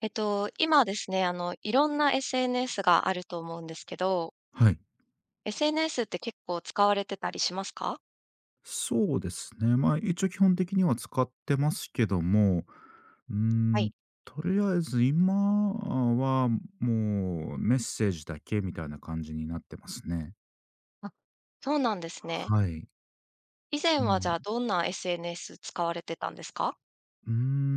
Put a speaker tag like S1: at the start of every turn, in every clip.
S1: 今ですね、いろんな SNS があると思うんですけど、
S2: はい。
S1: SNS って結構使われてたりしますか？
S2: そうですね。まあ、一応基本的には使ってますけども、うー
S1: は
S2: ん、
S1: い。
S2: とりあえず今はもうメッセージだけみたいな感じになってますね。
S1: あ、そうなんですね。
S2: はい。
S1: 以前
S2: う
S1: はじ
S2: ん。
S1: ゃあ、どんな SNS 使われてたんですか？
S2: うー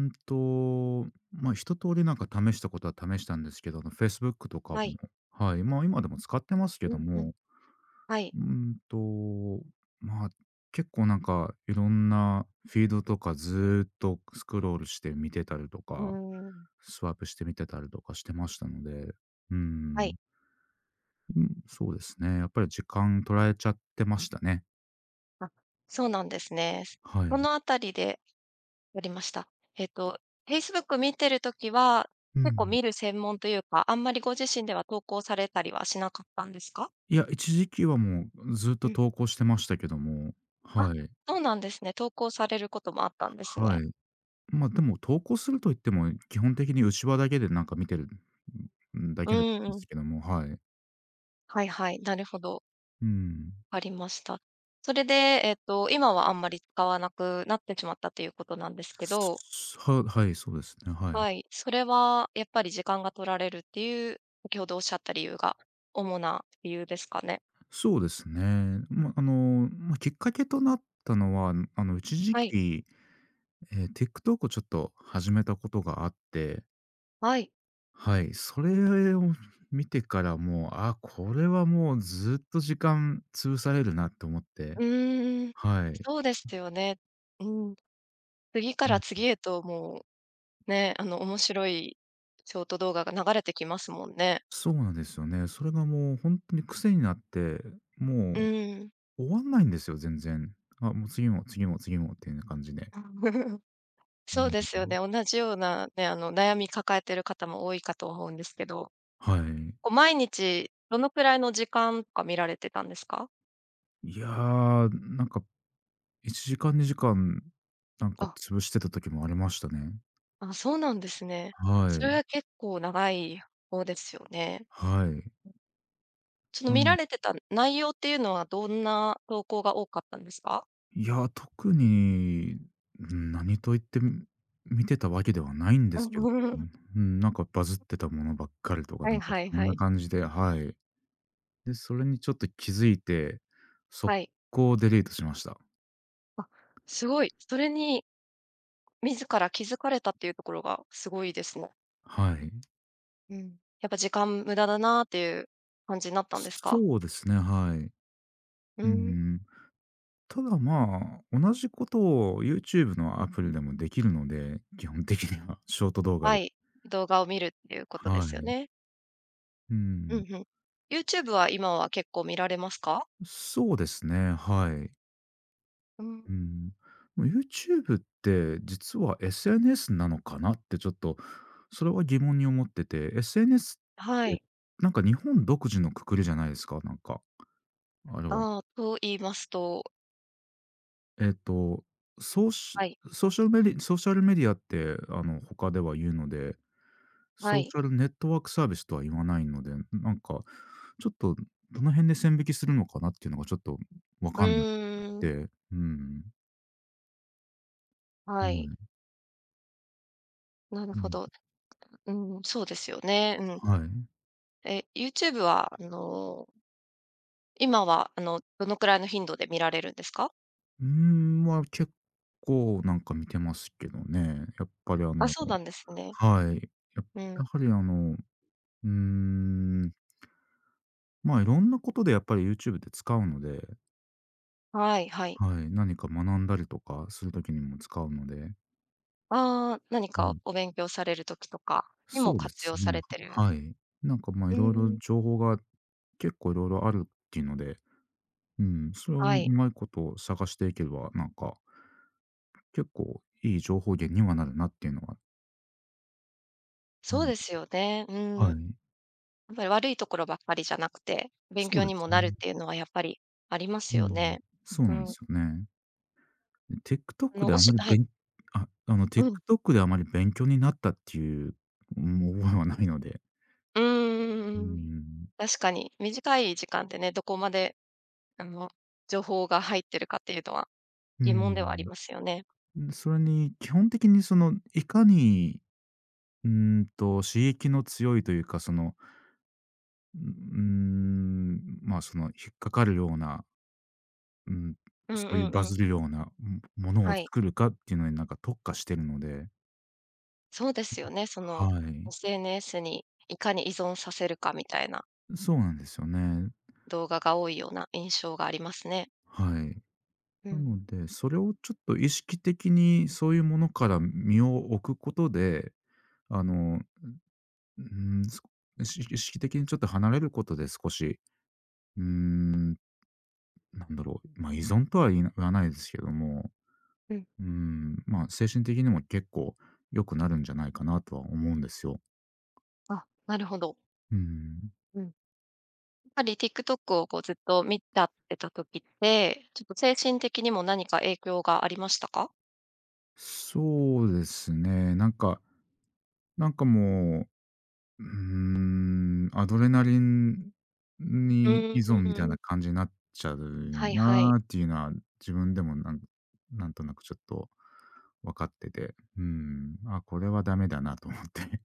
S2: んと、まあ、一通りなんか試したことは試したんですけど、あの Facebook とかも、
S1: はい。
S2: はい、まあ、今でも使ってますけ
S1: う
S2: ど
S1: んうん。
S2: も、
S1: はい。
S2: うーんと、まあ、結構なんかいろんなフィードとかずーっとスクロールして見てたりと
S1: う
S2: か、
S1: ーん。
S2: スワイプして見てたりとかしてましたので、ー
S1: は
S2: ん、
S1: い。
S2: うん、そうですね。やっぱり時間取られちゃってましたね。
S1: あ、そうなんですね。
S2: は
S1: こ
S2: い。
S1: のあたりでやりました。えっと、Facebook 見てる時は、
S2: う
S1: 結構
S2: ん。
S1: 見る専門というか、あんまりご自身では投稿されたりはしなかったんですか？
S2: いや、一時期はもうずっ
S1: う
S2: と
S1: ん。
S2: 投稿してましたけども、
S1: あ、
S2: はい。
S1: そうなんですね。投稿されることもあったんです
S2: は
S1: ね。
S2: い。まあ、
S1: う
S2: で
S1: ん。
S2: も投稿すると言っても、基本的に内輪だけでなんか見てる、だ
S1: う
S2: けだったん
S1: ん
S2: で
S1: うん。
S2: すけども、はい。
S1: はいはい。なるほど。
S2: うん。
S1: ありました。それで、今はあんまり使わなくなってしまったということなんですけど、
S2: はい、そうですね、はい。
S1: はい。それはやっぱり時間が取られるっていう、先ほどおっしゃった理由が主な理由ですかね。
S2: そうですね。ま、あの、ま、きっかけとなったのは、一時
S1: はい。
S2: 期、TikTok をちょっと始めたことがあって、
S1: はい。
S2: はい、それを見てからもう、あ、これはもうずっと時間潰されるなと思って、
S1: うーん。
S2: はい。
S1: そうですよね。うん。次か
S2: うん、
S1: ら次へともう、ね、あの面白いショート動画が流れてきますもんね。
S2: そうなんですよね。それがもうほんとに癖になって、も
S1: う
S2: う
S1: ん。
S2: 終わんないんですよ、全然。あ、もう次も次も次もっていうような感じで。うん
S1: そうです
S2: う
S1: よ
S2: ん、
S1: ね。同じようなね、悩み抱えてる方も多いかと思うんですけど、
S2: はい。
S1: こう毎日どのくらいの時間とか見られてたんですか？
S2: いやー、なんか1時間、2時間、なんか
S1: あ、
S2: 潰してた時もありましたね。
S1: あ、そうなんですね。
S2: は
S1: それ
S2: い。
S1: は結構長い方ですよね。
S2: はい。
S1: その
S2: な
S1: 見ら
S2: ん。
S1: れてた内容っていうのはどんな投稿が多かったんですか？
S2: いや、特に、何と言って、見てたわけではないん で
S1: う
S2: すけども、
S1: ん
S2: うん、なんかバズってたものばっかりとか、
S1: は
S2: な
S1: い
S2: んか
S1: はい
S2: そ
S1: は
S2: んな
S1: い。
S2: 感じで、はい。で、それにちょっと気づいて、速
S1: はい。
S2: 攻デリートしました。
S1: あ、すごい。それに自ら気づかれたっていうところがすごいですね。
S2: はい。
S1: うん。やっぱ時間無駄だなっていう感じになったんですか？
S2: そうですね、はい。
S1: う
S2: うん
S1: ん。
S2: うん。ただ、まあ、同じことを YouTube のアプリでもできるので、基本的には、ショート動画
S1: は
S2: で。
S1: い。動画を見るっていうことで
S2: は
S1: すよ
S2: い。
S1: ね。
S2: う
S1: う
S2: ん。
S1: んうん。YouTube は今は結構見られますか？
S2: そうですね、はい。
S1: うん。
S2: うん。もう YouTube って実は SNS なのかなってちょっと、それは疑問に思ってて、SNS
S1: は
S2: って、
S1: い。
S2: なんか日本独自の括りじゃないですか？なんか、あれは。
S1: ああ、と言いますと？
S2: えっと、ソーシ
S1: はい、
S2: ソーシャルメディソーシャルメディアって、他では言うので、
S1: は
S2: ソーシ
S1: い。
S2: ャルネットワークサービスとは言わないので、なんかちょっとどの辺で線引きするのかなっていうのがちょっとわ
S1: う
S2: かんなく
S1: ーん、
S2: て、うん。は
S1: はい。
S2: い。
S1: なる
S2: う
S1: ほ
S2: ん、
S1: ど。うん、そうですよね。うん。
S2: はい。
S1: YouTube は、今は、どのくらいの頻度で見られるんですか？
S2: 結構なんか見てますけどね。やっぱり
S1: あ、そうなんですね。
S2: はい。
S1: うん。
S2: やはりうーん、まあ、いろんなことでやっぱり YouTube で使うので、
S1: はいはい。
S2: はい、何か学んだりとかするときにも使うので、
S1: ああ、何
S2: は
S1: か
S2: い。
S1: お勉強されるときとかにも
S2: そうで
S1: 活
S2: す
S1: 用さ
S2: ね。
S1: れてる。
S2: はい。なんか、ま、い
S1: う
S2: ろいろ
S1: ん、
S2: 情報が結構いろいろあるっていうので、うん、それをう
S1: はい。
S2: まいこと探していけば、なんか、結構いい情報源にはなるなっていうのは、う
S1: そう
S2: ん、
S1: ですよね。うん。や
S2: は
S1: っ
S2: い。
S1: ぱり悪いところばっかりじゃなくて、勉
S2: そ
S1: 強
S2: うで
S1: に
S2: す
S1: もなるっ
S2: ね。
S1: ていうのはやっぱりあります
S2: う
S1: よ
S2: ん、
S1: ね。
S2: そう
S1: う
S2: なんで
S1: ん。
S2: すよね。で、TikTok であまり
S1: は
S2: べ
S1: い。
S2: ん
S1: うん。
S2: TikTok であまり勉強になったっていう、もう覚えはないので。
S1: う
S2: う
S1: ーん。
S2: ん。
S1: 確かに。短い時間でね、どこまで、あの、情報が入ってるかっていうのは
S2: う
S1: 疑問ではあり
S2: ん。
S1: ますよね。
S2: それに基本的にその、いかにうー刺激の強いというか、その、うまあ、その、引っかかるような、うん、
S1: うん
S2: そ
S1: う
S2: ういう
S1: ん
S2: バ
S1: うん。
S2: ズるような、うん、ものを
S1: はい。
S2: 作るかっていうのになんか特化してるので、
S1: そうですよね。
S2: はい。
S1: SNS にいかに依存させるかみたいな
S2: そうなんですよね。
S1: 動画が多いような印象がありますね。
S2: はい。
S1: う
S2: な
S1: ん。
S2: ので、それをちょっと意識的にそういうものから身を置くことで、あの、うーん、す意識的にちょっと離れることで少し、うーん、なんだろう、ま、依存とは言わないですけども、
S1: うん。
S2: うん、まあ、精神的にも結構良くなるんじゃないかなとは思うんですよ。
S1: あ、なるほど。
S2: うん。
S1: うん。TikTok をこうずっと見ちゃってた時って、ちょっと精神的にも何か影響がありましたか？
S2: そうですね。なんかもう、アドレナリン
S1: う
S2: に
S1: ー
S2: 依存みたい
S1: ん、
S2: な感じになっちゃう
S1: はいはい。
S2: なーっていうのは、自分でもなんとなくちょっと分かってて、うん、あ、これはダメだなと思って。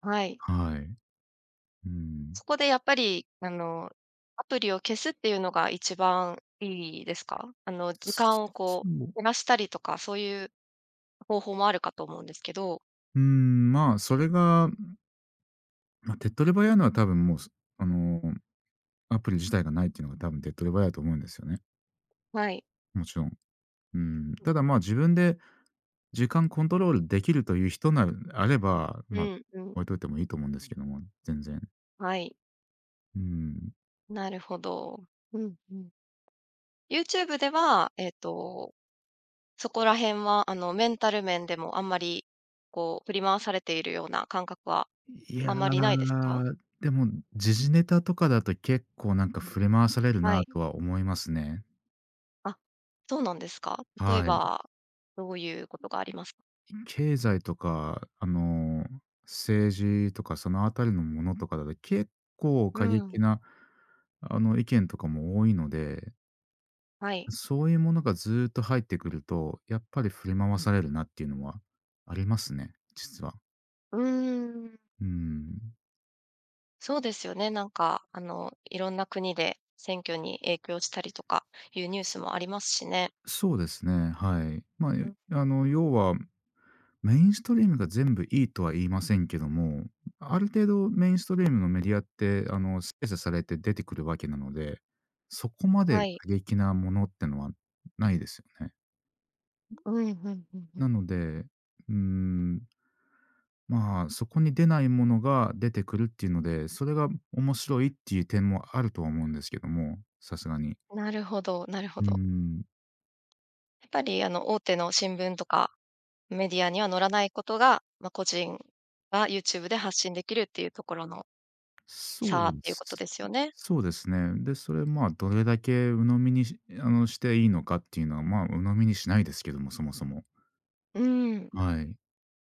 S1: は い。
S2: はい。うん。
S1: そこでやっぱり、アプリを消すっていうのが一番いいですか？時
S2: そ
S1: 間をこ
S2: う。
S1: う減らしたりとか、そういう方法もあるかと思うんですけど。
S2: うん、まあ、それがまあ、手っ取り早いのは多分もう、あの、アプリ自体がないっていうのが多分手っ取り早いと思うんですよね。
S1: はい。
S2: もちろん。うん。ただ、まあ、自分で時間コントロールできるという人ならあれば、
S1: う
S2: ま、
S1: んうん。
S2: 置いといてもいいと思うんですけども、全然。
S1: はい。
S2: うん。
S1: なるほど。うんうん。YouTube では、そこら辺は、メンタル面でもあんまり、振り回されているような感覚は
S2: いや
S1: あんまりないですか？
S2: ー、でも、時事ネタとかだと結構なんか振れ回される
S1: は
S2: な
S1: い。
S2: とは思いますね。
S1: あ、そうなんですか。例え
S2: はい。
S1: ば、どういうことがありますか？
S2: 経済とか、政治とかそのあたりのものとかだと、結構
S1: う
S2: 過激
S1: ん、
S2: な、意見とかも多いので、
S1: はい。
S2: そういうものがずっと入ってくると、やっぱり振り回されるなっていうのはありますね、実は。
S1: うーん、
S2: うん。
S1: そうですよね。なんか、いろんな国で選挙に影響したりとかいうニュースもありますしね。
S2: そうですね、はい。まあ、
S1: う
S2: い
S1: ん、
S2: あの、要は、メインストリームが全部いいとは言いませんけども、ある程度メインストリームのメディアって、精査されて出てくるわけなので、そこまで
S1: はい。
S2: 過激なものってのはないですよね。
S1: うん、うんうんうん。
S2: なので、うーん、まあ、そこに出ないものが出てくるっていうので、それが面白いっていう点もあるとは思うんですけども、さすがに。
S1: なるほどなるほ
S2: うー
S1: ど。
S2: ん。
S1: やっぱり、大手の新聞とかメディアには載らないことが、まあ、個人が YouTube で発信できるっていうところの
S2: そ
S1: 差
S2: う
S1: っ
S2: で
S1: ていうこと
S2: す。
S1: ですよね。
S2: そうですね。で、それ、まあ、どれだけ鵜呑みにしあの、していいのかっていうのは、まあ、鵜呑みにしないですけども、そもそも。
S1: うん、
S2: はい。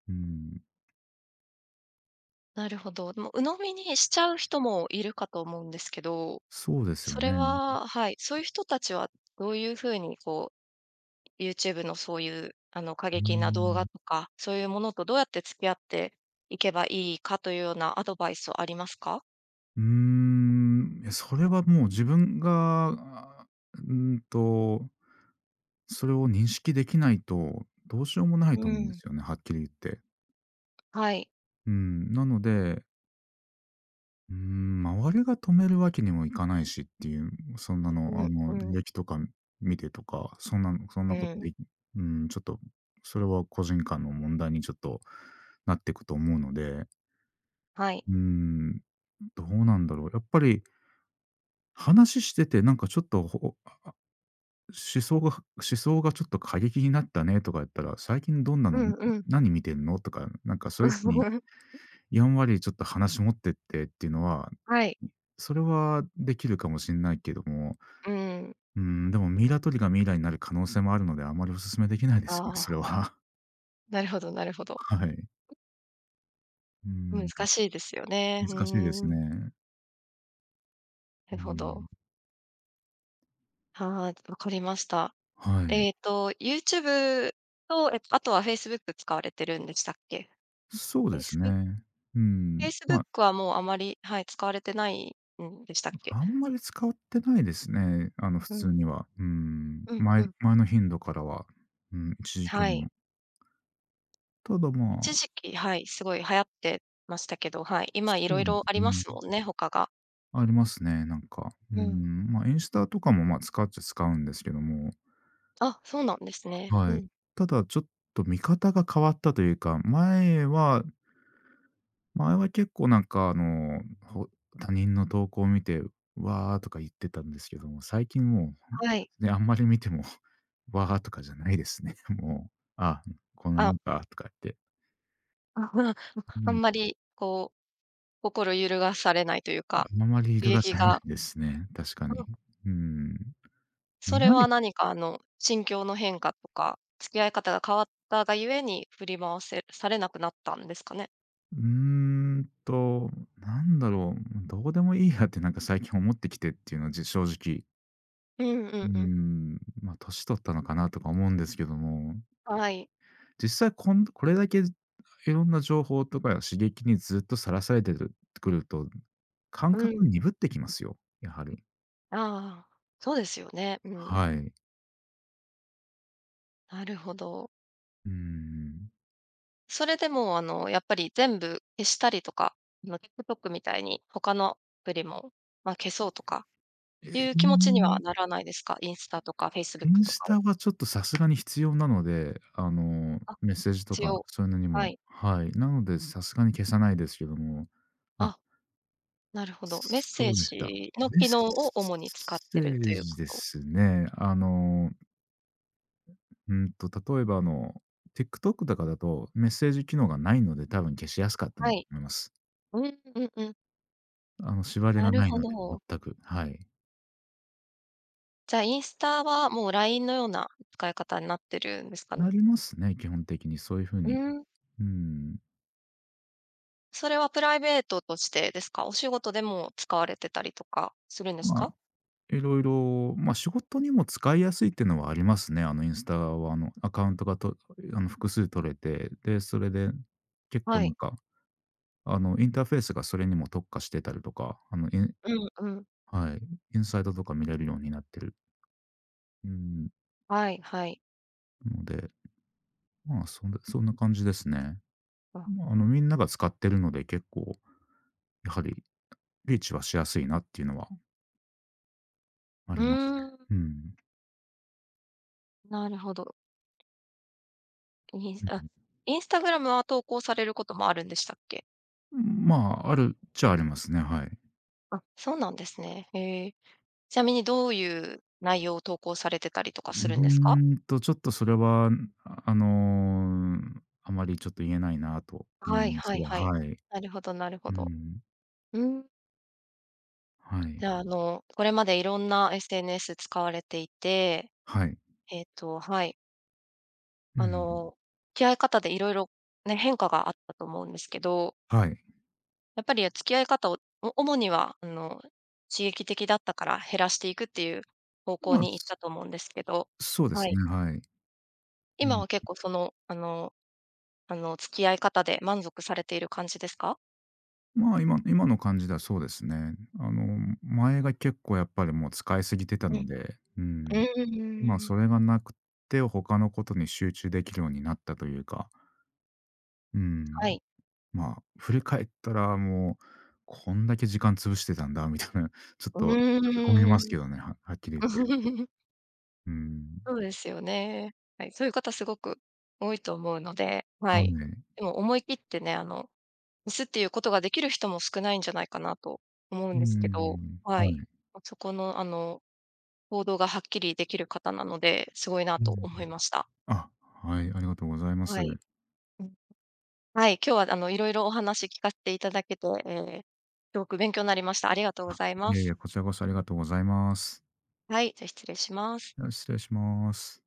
S2: うん。
S1: なるほど。でも鵜呑みにしちゃう人もいるかと思うんですけど、
S2: そうですよ
S1: それ
S2: ね。
S1: は、はい、そういう人たちはどういうふうにこう YouTube のそういう、過
S2: うー
S1: 激な動画
S2: ん。
S1: とか、そういうものとどうやって付き合っていけばいいかというようなアドバイスはありますか？
S2: いや、それはもう自分が、あ、うーんと、それを認識できないと、どうしようもない
S1: う
S2: と思うんで
S1: ん、
S2: すよね、はっきり言って。
S1: はい。
S2: うん、なので周りが止めるわけにもいかないしっていう、そんなの、
S1: うんう
S2: 履
S1: ん
S2: 歴とか見てとか、そんなのそん
S1: う
S2: なこと
S1: ん。
S2: できちょっと、それは個人間の問題にちょっとなってくと思うので、
S1: はい。
S2: うーん、どうなんだろう。やっぱり話してて、なんかちょっと、ほ思想が思想がちょっと過激になったねとか言ったら、最近どんな
S1: う
S2: の
S1: ん
S2: み
S1: うん。
S2: 何見てんのとか、なんかそういう風に やんわ割ちょっと話持ってってっていうのは、
S1: はい。
S2: それはできるかもしんないけども、
S1: うん。
S2: でもミイラ取りがミイラになる可能性もあるので、あまりお勧めできないで
S1: あ
S2: すね、それ
S1: あ、
S2: は。
S1: なるほどなるほど。
S2: はい。う
S1: 難
S2: ーん。
S1: しいですよね。う
S2: 難しいです
S1: ーん。
S2: ね。
S1: な
S2: うー
S1: るほど。
S2: ん、
S1: はい、わかりました。
S2: はい。
S1: YouTube と、あとは Facebook 使われてるんでしたっけ
S2: そうです
S1: ？Facebook
S2: ね。うん、ま、
S1: Facebook はもうあまり、はい、使われてないんでしたっけ？
S2: あんまり使ってないですね、普
S1: う
S2: 通
S1: ん。
S2: には。
S1: うんう
S2: 前
S1: ん。
S2: 前の頻度からは、うん、一時期
S1: は
S2: に
S1: い。
S2: も。ただ、ま
S1: 一
S2: あ、
S1: 時期、はい、すごい流行ってましたけど、はい、
S2: そ
S1: 今いろい
S2: うで
S1: ろ
S2: す
S1: ありま
S2: ね。
S1: すもんね、他が。
S2: ありますね、なんか。う
S1: うん。
S2: ん、まあ、インスタとかも、ま、使っちゃ使うんですけども、
S1: あ、そうなんですね。
S2: は
S1: う
S2: い。
S1: ん。
S2: ただちょっと見方が変わったというか、前は結構なんか他人の投稿を見て、「わーとか言ってたんですけども、最近も
S1: はい。
S2: う、ね、あんまり見ても、「わーとかじゃないですね。もう、「あ、こんな
S1: あ、
S2: のか」とか言って。う
S1: あん
S2: ん、
S1: まりこう心揺るがされないというか、
S2: あんまり
S1: 刺
S2: 色が
S1: 激
S2: されない
S1: が。
S2: ですね、確か
S1: う
S2: に。
S1: ん、
S2: うん。
S1: そ
S2: 見
S1: れ
S2: ない
S1: は何か心境の変化とか、付き合い方が変わったがゆえに振り回せされなくなったんですかね？
S2: うーんと、なんだろう、どうでもいいやってなんか最近思ってきてっていうのは、正直。
S1: うんうんうん。
S2: ま、あ、年取ったのかなとか思うんですけども、
S1: はい。
S2: 実際これだけいろんな情報とか刺激にずっとさらされてるくると、感
S1: う
S2: 覚
S1: ん。
S2: 鈍ってきますよ、やはり。
S1: ああ、そうですよね。うん。
S2: はい。
S1: なるほど。
S2: うーん。
S1: それでもやっぱり全部消したりとか、TikTok みたいに他のアプリも、まあ、消そうとか
S2: え
S1: いう
S2: うー
S1: 気持ちには
S2: ん。
S1: ならないですか？インスタとか
S2: イ
S1: Facebook
S2: ン
S1: と
S2: ス
S1: かを。
S2: タはちょっとさすがに必要なので、
S1: あ、
S2: メッセージと
S1: 一
S2: か
S1: 応
S2: そういうのに
S1: は
S2: も、
S1: い。
S2: はい。なので、さすがに消さないですけども、あ、
S1: あ、なるほど。メッセ
S2: そ
S1: ー
S2: うでした。
S1: ジの
S2: メッ
S1: 機能を主に使っ
S2: セ
S1: てると
S2: ー
S1: いう
S2: ジ
S1: こ
S2: で
S1: と。
S2: すね。うんと、例えばあの、TikTok とかだとメッセージ機能がないので、多分消しやすかった
S1: は
S2: なと
S1: い。
S2: 思います。
S1: うん、うんうん。
S2: 縛り
S1: な
S2: が
S1: る
S2: ない
S1: ほ
S2: ので、
S1: ど。
S2: 全く。はい。
S1: じゃあインスタはもう LINE のような使い方になってるんですかね？
S2: なりますね、基本的にそういう風
S1: う
S2: に。
S1: ん。
S2: うん。
S1: それはプライベートとしてですか？お仕事でも使われてたりとかするんです
S2: まあ
S1: か？
S2: いろいろまあ、仕事にも使いやすいっていうのはありますね。あのインスタは、アカウントがとあの、複数取れて、で、それで結構
S1: は
S2: なん
S1: い。
S2: か、インターフェースがそれにも特化してたりとか、
S1: うんうん。
S2: はい、インサイトとか見れるようになってる、うん、
S1: はいはい。
S2: ので、まあ、そんな感じですね。
S1: あ、
S2: まあ、みんなが使ってるので、結構やはりリーチはしやすいなっていうのはあ
S1: うー
S2: ります
S1: ん、
S2: ね。うん。
S1: なるほど。インスあ、インスタグラムは投稿されることもあるんでしたっけ？
S2: うん。まあ、あるっちゃありますね、はい。
S1: あ、そうなんですね。へえ。ちなみにどういう内容を投稿されてたりとかするんですか？
S2: ちょっとそれは、あの、あまりちょっと言えないなと思
S1: は
S2: う
S1: い
S2: んで
S1: は
S2: す
S1: い
S2: が、
S1: はい。
S2: はい。
S1: なるほどなるほ
S2: う
S1: ど。
S2: ん。
S1: うん。
S2: は
S1: じ
S2: い。
S1: ゃあ、これまでいろんな SNS 使われていて、
S2: はい。
S1: はい、
S2: う
S1: あ
S2: ん。
S1: の、付き合い方でいろいろね、変化があったと思うんですけど、
S2: はい。
S1: やっぱり、付き合い方を、お主には、刺激的だったから減らしていくっていう方向
S2: まあ、
S1: に行ったと思うんですけど、
S2: そうで
S1: は
S2: す
S1: い。
S2: ね、はい。う
S1: 今は
S2: ん。
S1: 結構付き合い方で満足されている感じですか？
S2: まあ、今の感じではそうですね。前が結構やっぱりもう使いすぎてた
S1: う
S2: の
S1: ん。
S2: で、う
S1: う
S2: ん。今
S1: ーん、
S2: それがなくて、他のことに集中できるようになったというか、う
S1: は
S2: ん。
S1: い。
S2: まあ、振り返ったらもう、こんだけ時間潰してたんだみたいな、ちょっ
S1: う
S2: とへこみ
S1: ー
S2: ます
S1: ん。
S2: けどね、はっきり言って。うーん。
S1: そうですよね。はい、そういう方すごく多いと思うので、は
S2: はい。
S1: い。でも思い切ってね、ミスっていうことができる人も少ないんじゃないかなと思う
S2: う
S1: ん
S2: ー
S1: ですけど、
S2: ん、
S1: は
S2: はい。
S1: い。そこの、行動がはっきりできる方なので、すごいな
S2: う
S1: と
S2: ん。
S1: 思いました。
S2: あ、はい、ありがとうございます。
S1: はい。うん。はい、今日は色々お話聞かせていただけて、すごく勉強になりました。ありがとうございま
S2: いやい
S1: す。
S2: やこちらこそありがとうございます。
S1: はい、じゃ、失礼します。
S2: では失礼します。